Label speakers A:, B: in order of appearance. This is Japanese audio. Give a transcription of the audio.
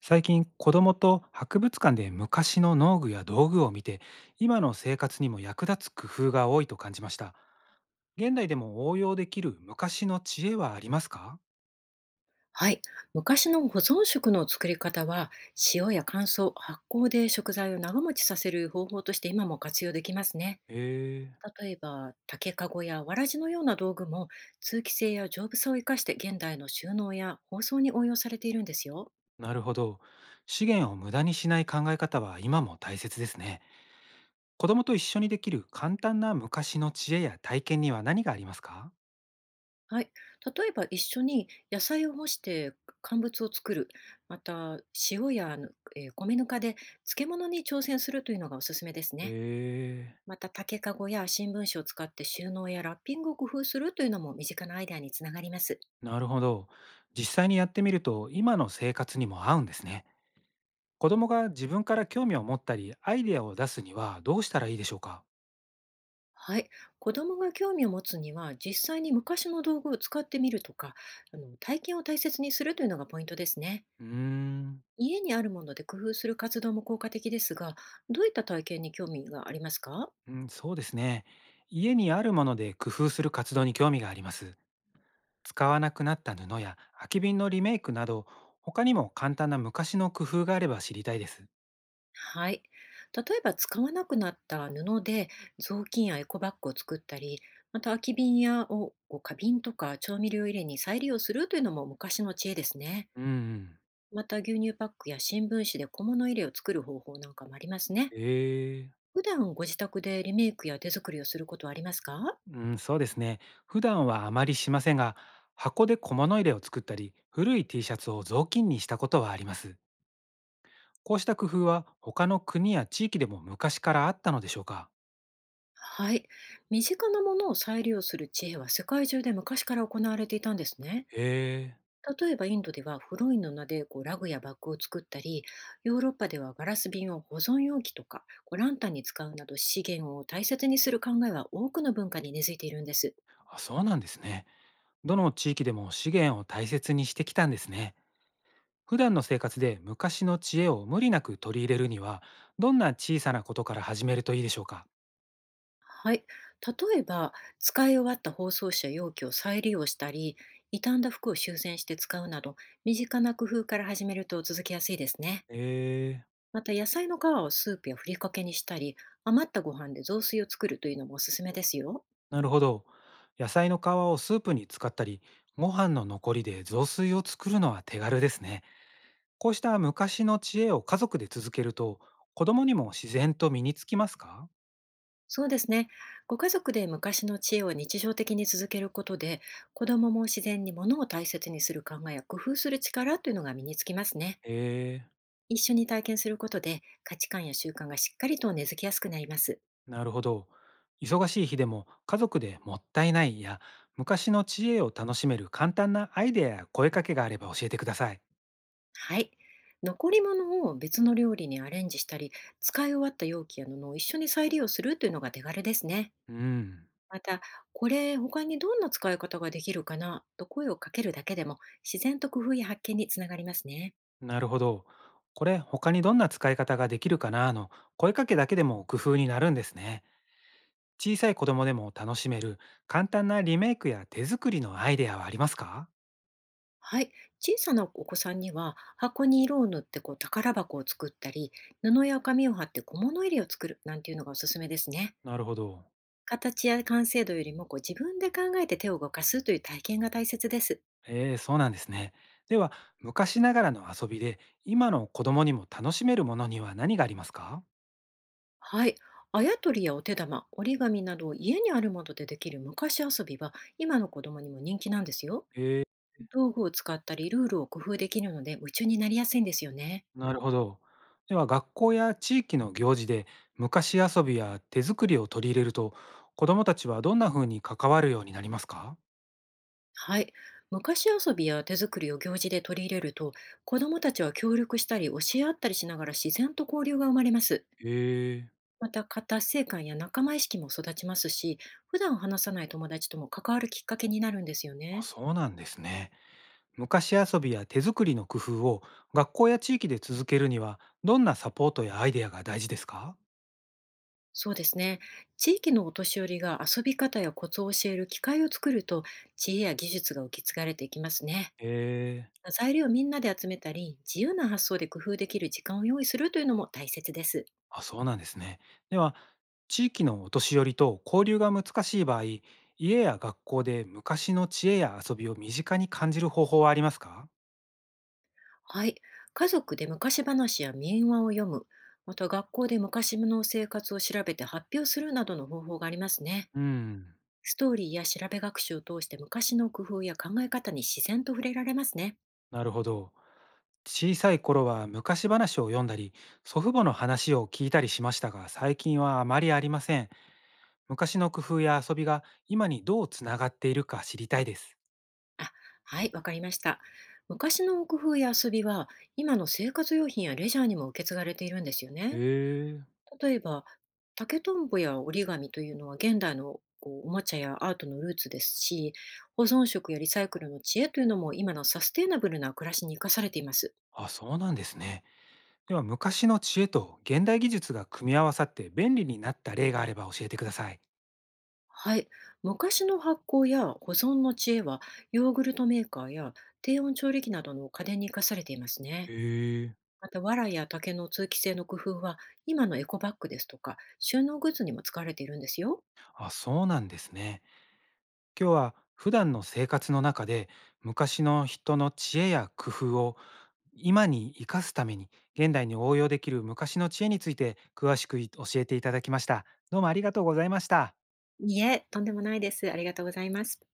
A: 最近子供と博物館で昔の農具や道具を見て、今の生活にも役立つ工夫が多いと感じました。現代でも応用できる昔の知恵はありますか？
B: はい。昔の保存食の作り方は、塩や乾燥、発酵で食材を長持ちさせる方法として今も活用できますね。
A: へえ。
B: 例えば、竹籠やわらじのような道具も、通気性や丈夫さを生かして現代の収納や包装に応用されているんですよ。
A: なるほど。資源を無駄にしない考え方は今も大切ですね。子供と一緒にできる簡単な昔の知恵や体験には何がありますか？
B: はい。例えば、一緒に野菜を干して乾物を作る、また、塩や米ぬかで漬物に挑戦するというのがおすすめです
A: へ
B: ね。
A: え。
B: また、竹かごや新聞紙を使って収納やラッピングを工夫するというのも身近なアイデアにつながります。
A: なるほど。実際にやってみると今の生活にも合うんですね。子供が自分から興味を持ったり、アイデアを出すにはどうしたらいいでしょうか？
B: はい、子どもが興味を持つには実際に昔の道具を使ってみるとか、体験を大切にするというのがポイントですね。
A: うーん、
B: 家にあるもので工夫する活動も効果的ですが、どういった体験に興味がありますか？
A: うん、そうですね。家にあるもので工夫する活動に興味があります。使わなくなった布や空き瓶のリメイクなど、他にも簡単な昔の工夫があれば知りたいです。
B: はい。例えば、使わなくなった布で雑巾やエコバッグを作ったり、また、空き瓶やを花瓶とか調味料入れに再利用するというのも昔の知恵ですね。
A: うんうん。
B: また、牛乳パックや新聞紙で小物入れを作る方法なんかもありますね。
A: ええ。
B: 普段ご自宅でリメイクや手作りをすることはありますか？
A: うん、そうですね。普段はあまりしませんが、箱で小物入れを作ったり、古い T シャツを雑巾にしたことはあります。こうした工夫は他の国や地域でも昔からあったのでしょうか？
B: はい。身近なものを再利用する知恵は世界中で昔から行われていたんですね。
A: へえ、
B: 例えば、インドではフロインの名でラグやバッグを作ったり、ヨーロッパではガラス瓶を保存容器とかランタンに使うなど、資源を大切にする考えは多くの文化に根付いているんです。
A: あ、そうなんですね。どの地域でも資源を大切にしてきたんですね。普段の生活で昔の知恵を無理なく取り入れるには、どんな小さなことから始めるといいでしょうか？
B: はい。例えば、使い終わった包装紙や容器を再利用したり、傷んだ服を修繕して使うなど、身近な工夫から始めると続きやすいですね。
A: へえ、
B: また、野菜の皮をスープやふりかけにしたり、余ったご飯で雑炊を作るというのもおすすめですよ。
A: なるほど。野菜の皮をスープに使ったり、ご飯の残りで雑炊を作るのは手軽ですね。こうした昔の知恵を家族で続けると、子供にも自然と身につきますか？
B: そうですね。ご家族で昔の知恵を日常的に続けることで、子どもも自然に物を大切にする考えや工夫する力というのが身につきますね。
A: へえ。
B: 一緒に体験することで、価値観や習慣がしっかりと根付きやすくなります。
A: なるほど。忙しい日でも家族でもったいないや昔の知恵を楽しめる簡単なアイデアや声かけがあれば教えてください。
B: はい。残り物を別の料理にアレンジしたり、使い終わった容器や布を一緒に再利用するというのが手軽ですね。
A: うん、
B: また、これ他にどんな使い方ができるかなと声をかけるだけでも、自然と工夫や発見につながりますね。
A: なるほど。これ他にどんな使い方ができるかなの声かけだけでも工夫になるんですね。小さい子供でも楽しめる簡単なリメイクや手作りのアイデアはありますか？
B: はい、小さなお子さんには箱に色を塗って宝箱を作ったり、布や紙を貼って小物入れを作るなんていうのがおすすめですね。
A: なるほど。
B: 形や完成度よりも自分で考えて手を動かすという体験が大切です。
A: ええ、そうなんですね。では昔ながらの遊びで今の子供にも楽しめるものには何がありますか？
B: はい、あやとりやお手玉、折り紙など家にあるものでできる昔遊びは今の子供にも人気なんですよ。
A: ええ。
B: 道具を使ったりルールを工夫できるので夢中になりやすいんですよね。
A: なるほど。では学校や地域の行事で昔遊びや手作りを取り入れると子どもたちはどんな風に関わるようになりますか？
B: はい。昔遊びや手作りを行事で取り入れると、子どもたちは協力したり教え合ったりしながら自然と交流が生まれます。
A: へえ。
B: また、達成感や仲間意識も育ちますし、普段話さない友達とも関わるきっかけになるんですよ
A: あ、
B: ね。
A: そうなんですね。昔遊びや手作りの工夫を学校や地域で続けるにはどんなサポートやアイデアが大事ですか？
B: そうですね。地域のお年寄りが遊び方やコツを教える機会を作ると、知恵や技術が受け継がれていきますね。
A: へえ。
B: 材料をみんなで集めたり、自由な発想で工夫できる時間を用意するというのも大切です。
A: あ、そうなんですね。では地域のお年寄りと交流が難しい場合、家や学校で昔の知恵や遊びを身近に感じる方法はありますか？
B: はい。家族で昔話や民話を読む、また、学校で昔の生活を調べて発表するなどの方法がありますね。
A: うん。
B: ストーリーや調べ学習を通して昔の工夫や考え方に自然と触れられますね。
A: なるほど。小さい頃は昔話を読んだり、祖父母の話を聞いたりしましたが、最近はあまりありません。昔の工夫や遊びが今にどうつながっているか知りたいです。
B: あ、はい、わかりました。昔の工夫や遊びは今の生活用品やレジャーにも受け継がれているんですよね。
A: へえ。
B: 例えば、竹とんぼや折り紙というのは現代のおもちゃやアートのルーツですし、保存食やリサイクルの知恵というのも今のサステイナブルな暮らしに生かされています。
A: あ、そうなんですね。では昔の知恵と現代技術が組み合わさって便利になった例があれば教えてください。
B: はい、昔の発酵や保存の知恵はヨーグルトメーカーや低温調理器などの家電に生かされていますね。
A: へえ。
B: また、藁や竹の通気性の工夫は今のエコバッグですとか収納グッズにも使われているんですよ。
A: あ、そうなんですね。今日は普段の生活の中で昔の人の知恵や工夫を今に生かすために、現代に応用できる昔の知恵について詳しくい教えていただきました。どうもありがとうございました。
B: いいえ、とんでもないです。ありがとうございます。